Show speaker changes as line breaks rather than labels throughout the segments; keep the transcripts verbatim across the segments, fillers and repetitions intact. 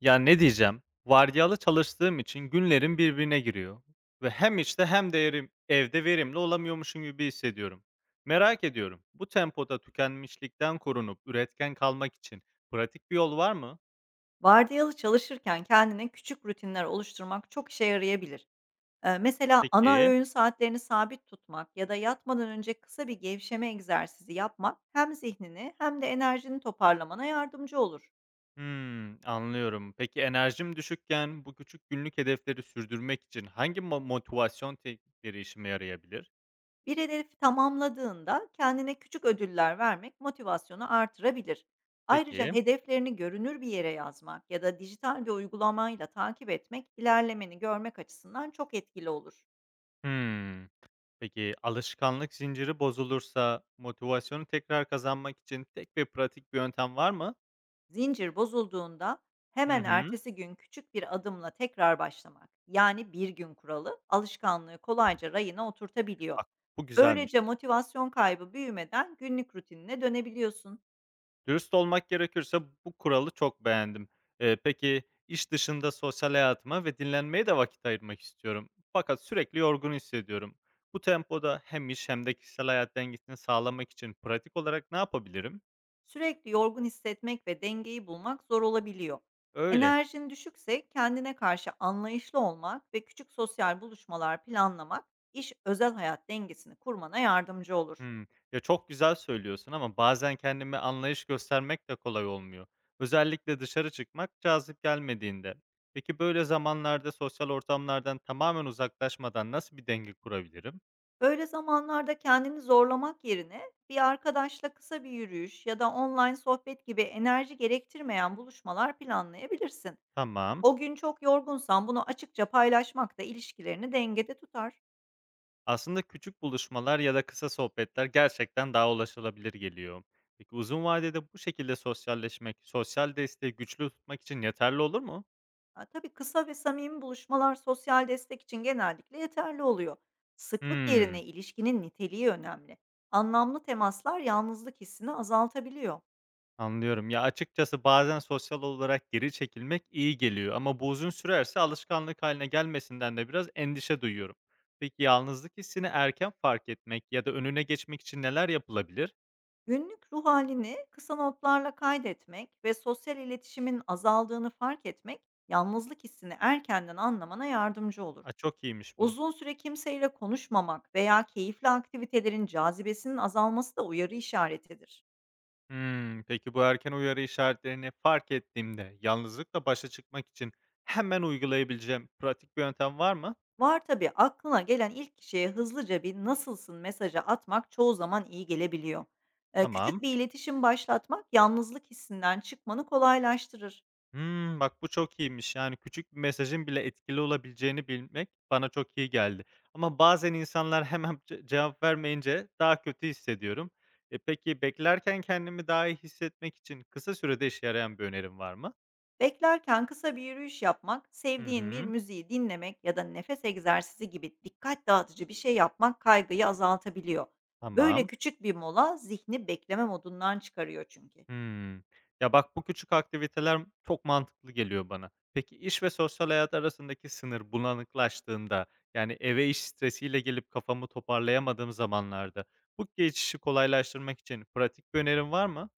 Ya, ne diyeceğim, vardiyalı çalıştığım için günlerim birbirine giriyor ve hem işte hem de erim evde verimli olamıyormuşum gibi hissediyorum. Merak ediyorum, bu tempoda tükenmişlikten korunup üretken kalmak için pratik bir yol var mı?
Vardiyalı çalışırken kendine küçük rutinler oluşturmak çok işe yarayabilir. Eee, mesela ana
Peki.
öğün saatlerini sabit tutmak ya da yatmadan önce kısa bir gevşeme egzersizi yapmak hem zihnini hem de enerjini toparlamana yardımcı olur.
Hımm, anlıyorum. Peki enerjim düşükken bu küçük günlük hedefleri sürdürmek için hangi mo motivasyon teknikleri işime yarayabilir?
Bir hedefi tamamladığında kendine küçük ödüller vermek motivasyonu artırabilir. Ayrıca
Peki.
hedeflerini görünür bir yere yazmak ya da dijital bir uygulamayla takip etmek ilerlemeni görmek açısından çok etkili olur.
Hımm. Peki alışkanlık zinciri bozulursa motivasyonu tekrar kazanmak için tek ve pratik bir yöntem var mı?
Zincir bozulduğunda
Hı
hemen
hı.
ertesi gün küçük bir adımla tekrar başlamak, yani bir gün kuralı, alışkanlığı kolayca rayına oturtabiliyor.
Bak, bu güzelmiş.
Böylece motivasyon kaybı büyümeden günlük rutinine dönebiliyorsun.
Dürüst olmak gerekirse bu kuralı çok beğendim. Ee, peki iş dışında sosyal hayatıma ve dinlenmeye de vakit ayırmak istiyorum. Fakat sürekli yorgun hissediyorum. Bu tempoda hem iş hem de kişisel hayat dengesini sağlamak için pratik olarak ne yapabilirim?
Sürekli yorgun hissetmek ve dengeyi bulmak zor olabiliyor.
Öyle.
Enerjin düşükse kendine karşı anlayışlı olmak ve küçük sosyal buluşmalar planlamak iş özel hayat dengesini kurmana yardımcı olur.
Hımm. Ya, çok güzel söylüyorsun ama bazen kendime anlayış göstermek de kolay olmuyor. Özellikle dışarı çıkmak cazip gelmediğinde. Peki böyle zamanlarda sosyal ortamlardan tamamen uzaklaşmadan nasıl bir denge kurabilirim?
Böyle zamanlarda kendini zorlamak yerine bir arkadaşla kısa bir yürüyüş ya da online sohbet gibi enerji gerektirmeyen buluşmalar planlayabilirsin.
Tamam.
O gün çok yorgunsan bunu açıkça paylaşmak da ilişkilerini dengede tutar.
Aslında küçük buluşmalar ya da kısa sohbetler gerçekten daha ulaşılabilir geliyor. Peki uzun vadede bu şekilde sosyalleşmek, sosyal desteği güçlü tutmak için yeterli olur mu?
Ha, tabii, kısa ve samimi buluşmalar sosyal destek için genellikle yeterli oluyor. Sıklık yerine
Hımm.
ilişkinin niteliği önemli. Anlamlı temaslar yalnızlık hissini azaltabiliyor.
Anlıyorum. Ya, açıkçası bazen sosyal olarak geri çekilmek iyi geliyor ama bu uzun sürerse alışkanlık haline gelmesinden de biraz endişe duyuyorum. Peki yalnızlık hissini erken fark etmek ya da önüne geçmek için neler yapılabilir?
Günlük ruh halini kısa notlarla kaydetmek ve sosyal iletişimin azaldığını fark etmek, yalnızlık hissini erkenden anlamana yardımcı olur.
A, çok iyiymiş bu.
Uzun süre kimseyle konuşmamak veya keyifli aktivitelerin cazibesinin azalması da uyarı işaretidir.
Hımm. Peki bu erken uyarı işaretlerini fark ettiğimde yalnızlıkla başa çıkmak için hemen uygulayabileceğim pratik bir yöntem var mı?
Var tabi, aklına gelen ilk kişiye hızlıca bir "nasılsın" mesajı atmak çoğu zaman iyi gelebiliyor. Eee,
Tamam.
küçük bir iletişim başlatmak yalnızlık hissinden çıkmanı kolaylaştırır.
Hımm, bak bu çok iyiymiş. Yani küçük bir mesajın bile etkili olabileceğini bilmek bana çok iyi geldi. Ama bazen insanlar hemen ce cevap vermeyince daha kötü hissediyorum. E, peki beklerken kendimi daha iyi hissetmek için kısa sürede işe yarayan bir önerim var mı?
Beklerken kısa bir yürüyüş yapmak,
Hı
sevdiğin bir
hı.
müziği dinlemek ya da nefes egzersizi gibi dikkat dağıtıcı bir şey yapmak kaygıyı azaltabiliyor. Böyle
Tamam.
küçük bir mola zihni bekleme modundan çıkarıyor çünkü.
Hımm. Ya, bak bu küçük aktiviteler çok mantıklı geliyor bana. Peki iş ve sosyal hayat arasındaki sınır bulanıklaştığında, yani eve iş stresiyle gelip kafamı toparlayamadığım zamanlarda bu geçişi kolaylaştırmak için pratik bir önerin var mı?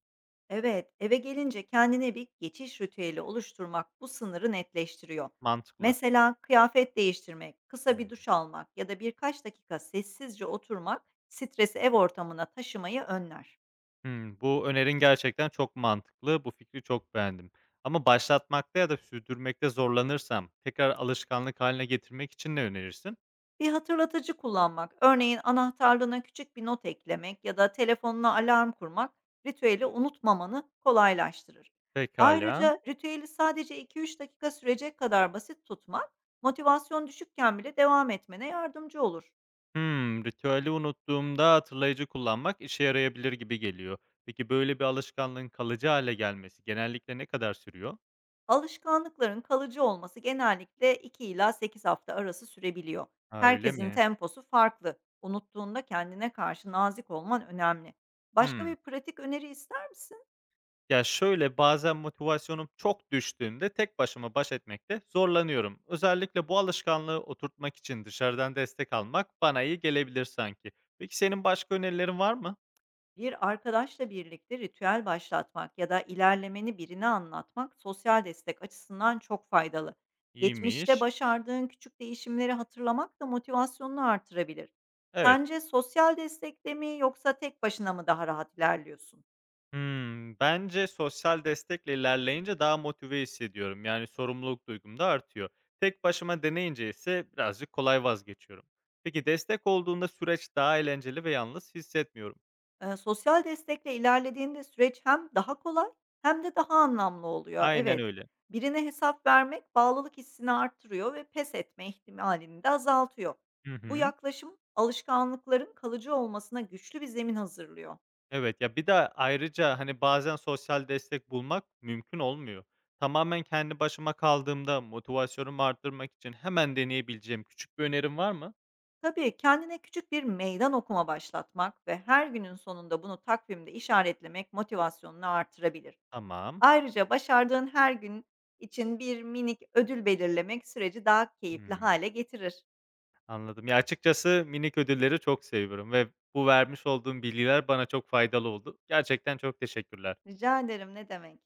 Evet, eve gelince kendine bir geçiş ritüeli oluşturmak bu sınırı netleştiriyor.
Mantıklı.
Mesela kıyafet değiştirmek, kısa bir
Hımm.
duş almak ya da birkaç dakika sessizce oturmak stresi ev ortamına taşımayı önler.
Hımm, bu önerin gerçekten çok mantıklı. Bu fikri çok beğendim. Ama başlatmakta ya da sürdürmekte zorlanırsam tekrar alışkanlık haline getirmek için ne önerirsin?
Bir hatırlatıcı kullanmak, örneğin anahtarlığına küçük bir not eklemek ya da telefonuna alarm kurmak, ritüeli unutmamanı kolaylaştırır.
Pekala.
Ayrıca ritüeli sadece iki üç dakika sürecek kadar basit tutmak, motivasyon düşükken bile devam etmene yardımcı olur.
Hmm, ritüeli unuttuğumda hatırlayıcı kullanmak işe yarayabilir gibi geliyor. Peki böyle bir alışkanlığın kalıcı hale gelmesi genellikle ne kadar sürüyor?
Alışkanlıkların kalıcı olması genellikle iki ila sekiz hafta arası sürebiliyor.
Ha, öyle
Herkesin
mi?
temposu farklı. Unuttuğunda kendine karşı nazik olman önemli. Başka
Hmm.
bir pratik öneri ister misin?
Ya, şöyle, bazen motivasyonum çok düştüğünde tek başıma baş etmekte zorlanıyorum. Özellikle bu alışkanlığı oturtmak için dışarıdan destek almak bana iyi gelebilir sanki. Peki senin başka önerilerin var mı?
Bir arkadaşla birlikte ritüel başlatmak ya da ilerlemeni birine anlatmak sosyal destek açısından çok faydalı. Geçmişte
İyiymiş.
başardığın küçük değişimleri hatırlamak da motivasyonunu artırabilir.
Evet.
Sence sosyal destekle mi yoksa tek başına mı daha rahat ilerliyorsun?
Hımm, bence sosyal destekle ilerleyince daha motive hissediyorum. Yani sorumluluk duygum da artıyor. Tek başıma deneyince ise birazcık kolay vazgeçiyorum. Peki destek olduğunda süreç daha eğlenceli ve yalnız hissetmiyorum.
Eee, sosyal destekle ilerlediğinde süreç hem daha kolay hem de daha anlamlı oluyor.
Aynen
Evet,
öyle.
birine hesap vermek bağlılık hissini artırıyor ve pes etme ihtimalini de azaltıyor.
Hı
Bu
hı.
yaklaşım alışkanlıkların kalıcı olmasına güçlü bir zemin hazırlıyor.
Evet, ya bir de ayrıca, hani, bazen sosyal destek bulmak mümkün olmuyor. Tamamen kendi başıma kaldığımda motivasyonumu arttırmak için hemen deneyebileceğim küçük bir önerin var mı?
Tabii, kendine küçük bir meydan okuma başlatmak ve her günün sonunda bunu takvimde işaretlemek motivasyonunu artırabilir.
Tamam.
Ayrıca başardığın her gün için bir minik ödül belirlemek süreci daha keyifli
Hıı.
hale getirir.
Anladım. Ya, açıkçası minik ödülleri çok seviyorum ve bu vermiş olduğum bilgiler bana çok faydalı oldu. Gerçekten çok teşekkürler.
Rica ederim, ne demek.